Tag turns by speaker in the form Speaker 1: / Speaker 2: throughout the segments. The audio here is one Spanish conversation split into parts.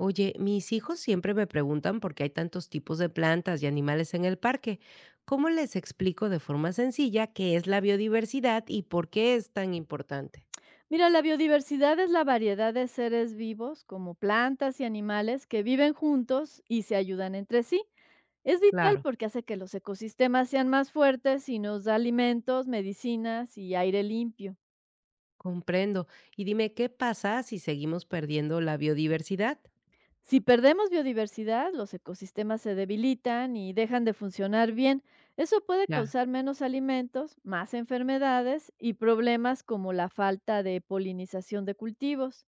Speaker 1: Oye, mis hijos siempre me preguntan por qué hay tantos tipos de plantas y animales en el parque. ¿Cómo les explico de forma sencilla qué es la biodiversidad y por qué es tan importante?
Speaker 2: Mira, la biodiversidad es la variedad de seres vivos, como plantas y animales, que viven juntos y se ayudan entre sí. Es vital
Speaker 1: Claro,
Speaker 2: porque hace que los ecosistemas sean más fuertes y nos da alimentos, medicinas y aire limpio.
Speaker 1: comprendo. Y dime, ¿qué pasa si seguimos perdiendo la biodiversidad?
Speaker 2: Si perdemos biodiversidad, los ecosistemas se debilitan y dejan de funcionar bien. Eso puede
Speaker 1: Ya,
Speaker 2: causar menos alimentos, más enfermedades y problemas como la falta de polinización de cultivos.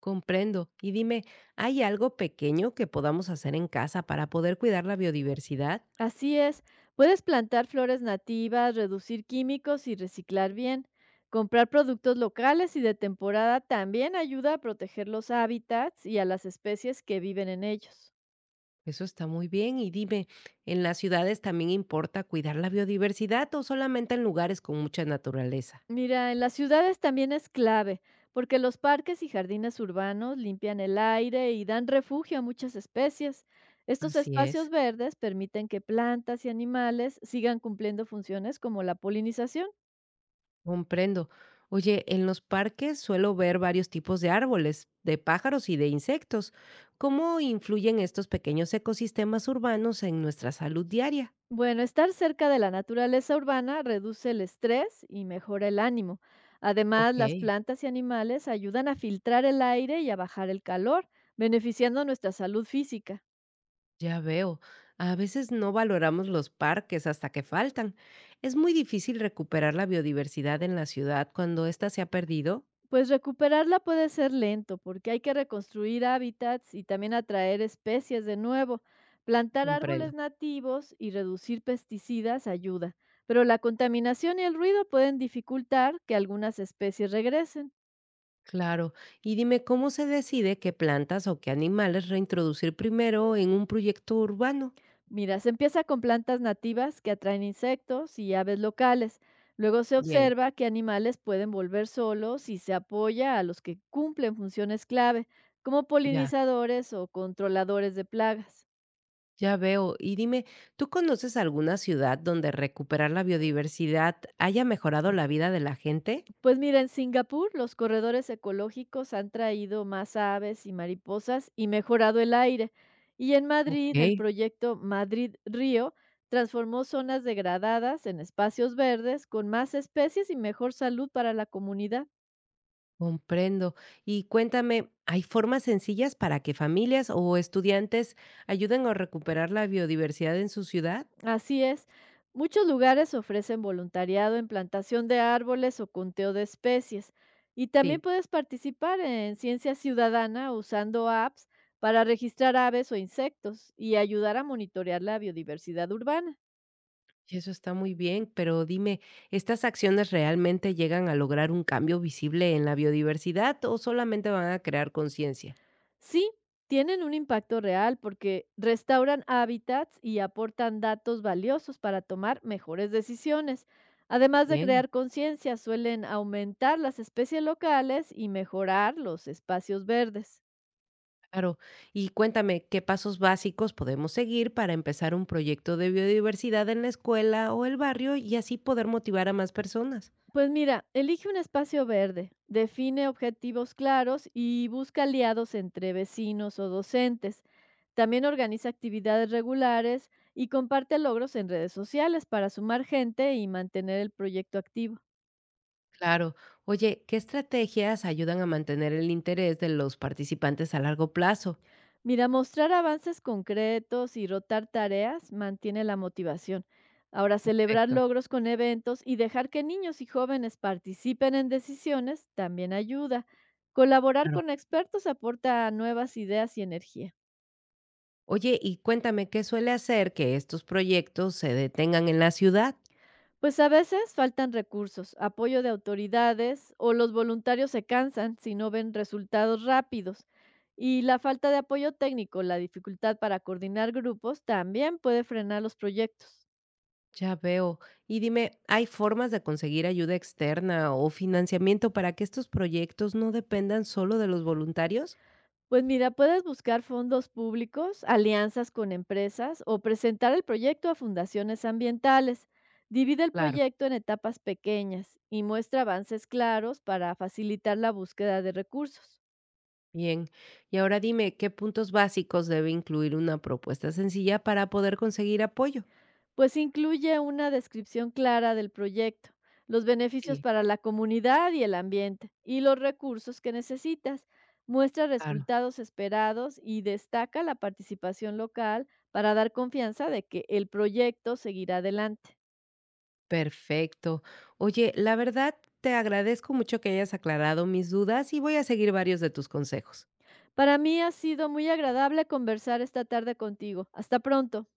Speaker 1: comprendo. Y dime, ¿hay algo pequeño que podamos hacer en casa para poder cuidar la biodiversidad?
Speaker 2: Así es, puedes plantar flores nativas, reducir químicos y reciclar bien. Comprar productos locales y de temporada también ayuda a proteger los hábitats y a las especies que viven en ellos.
Speaker 1: Eso está muy bien. Y dime, ¿en las ciudades también importa cuidar la biodiversidad o solamente en lugares con mucha naturaleza?
Speaker 2: Mira, en las ciudades también es clave, porque los parques y jardines urbanos limpian el aire y dan refugio a muchas especies. Estos
Speaker 1: Así es,
Speaker 2: espacios verdes permiten que plantas y animales sigan cumpliendo funciones como la polinización.
Speaker 1: comprendo. Oye, en los parques suelo ver varios tipos de árboles, de pájaros y de insectos. ¿Cómo influyen estos pequeños ecosistemas urbanos en nuestra salud diaria?
Speaker 2: Bueno, estar cerca de la naturaleza urbana reduce el estrés y mejora el ánimo. Además,
Speaker 1: Ok,
Speaker 2: las plantas y animales ayudan a filtrar el aire y a bajar el calor, beneficiando nuestra salud física.
Speaker 1: ya veo. A veces no valoramos los parques hasta que faltan. Es muy difícil recuperar la biodiversidad en la ciudad cuando ésta se ha perdido.
Speaker 2: Pues recuperarla puede ser lento porque hay que reconstruir hábitats y también atraer especies de nuevo. Plantar
Speaker 1: Comprendo.
Speaker 2: árboles nativos y reducir pesticidas ayuda, pero la contaminación y el ruido pueden dificultar que algunas especies regresen.
Speaker 1: Claro. Y dime, ¿cómo se decide qué plantas o qué animales reintroducir primero en un proyecto urbano?
Speaker 2: Mira, se empieza con plantas nativas que atraen insectos y aves locales. Luego se
Speaker 1: Bien,
Speaker 2: observa que animales pueden volver solos si se apoya a los que cumplen funciones clave, como
Speaker 1: ya.
Speaker 2: polinizadores o controladores de plagas.
Speaker 1: Ya veo. Y dime, ¿tú conoces alguna ciudad donde recuperar la biodiversidad haya mejorado la vida de la gente?
Speaker 2: Pues mira, en Singapur los corredores ecológicos han traído más aves y mariposas y mejorado el aire. Y en
Speaker 1: Ok.
Speaker 2: Madrid el proyecto Madrid Río transformó zonas degradadas en espacios verdes con más especies y mejor salud para la comunidad.
Speaker 1: Comprendo. Y cuéntame, ¿hay formas sencillas para que familias o estudiantes ayuden a recuperar la biodiversidad en su ciudad?
Speaker 2: Así es. Muchos lugares ofrecen voluntariado en plantación de árboles o conteo de especies. Y también
Speaker 1: Sí.
Speaker 2: puedes participar en ciencia ciudadana usando apps para registrar aves o insectos y ayudar a monitorear la biodiversidad urbana.
Speaker 1: Eso está muy bien, pero dime, ¿estas acciones realmente llegan a lograr un cambio visible en la biodiversidad o solamente van a crear conciencia?
Speaker 2: Sí, tienen un impacto real porque restauran hábitats y aportan datos valiosos para tomar mejores decisiones. Además de
Speaker 1: Bien.
Speaker 2: crear conciencia, suelen aumentar las especies locales y mejorar los espacios verdes.
Speaker 1: Claro. Y cuéntame, ¿qué pasos básicos podemos seguir para empezar un proyecto de biodiversidad en la escuela o el barrio y así poder motivar a más personas?
Speaker 2: Pues mira, elige un espacio verde, define objetivos claros y busca aliados entre vecinos o docentes. También organiza actividades regulares y comparte logros en redes sociales para sumar gente y mantener el proyecto activo.
Speaker 1: Claro. Oye, ¿qué estrategias ayudan a mantener el interés de los participantes a largo plazo?
Speaker 2: Mira, mostrar avances concretos y rotar tareas mantiene la motivación. Ahora, celebrar
Speaker 1: Perfecto.
Speaker 2: logros con eventos y dejar que niños y jóvenes participen en decisiones también ayuda. Colaborar
Speaker 1: Claro.
Speaker 2: con expertos aporta nuevas ideas y energía.
Speaker 1: Oye, y cuéntame, ¿qué suele hacer que estos proyectos se detengan en la ciudad?
Speaker 2: Pues a veces faltan recursos, apoyo de autoridades o los voluntarios se cansan si no ven resultados rápidos. Y la falta de apoyo técnico, la dificultad para coordinar grupos también puede frenar los proyectos.
Speaker 1: Ya veo. Y dime, ¿hay formas de conseguir ayuda externa o financiamiento para que estos proyectos no dependan solo de los voluntarios?
Speaker 2: Pues mira, puedes buscar fondos públicos, alianzas con empresas o presentar el proyecto a fundaciones ambientales. Divide el
Speaker 1: Claro.
Speaker 2: proyecto en etapas pequeñas y muestra avances claros para facilitar la búsqueda de recursos.
Speaker 1: Bien, y ahora dime, ¿qué puntos básicos debe incluir una propuesta sencilla para poder conseguir apoyo?
Speaker 2: Pues incluye una descripción clara del proyecto, los beneficios
Speaker 1: Sí,
Speaker 2: para la comunidad y el ambiente y los recursos que necesitas. Muestra
Speaker 1: claro.
Speaker 2: resultados esperados y destaca la participación local para dar confianza de que el proyecto seguirá adelante.
Speaker 1: Perfecto. Oye, la verdad, te agradezco mucho que hayas aclarado mis dudas y voy a seguir varios de tus consejos.
Speaker 2: Para mí ha sido muy agradable conversar esta tarde contigo. Hasta pronto.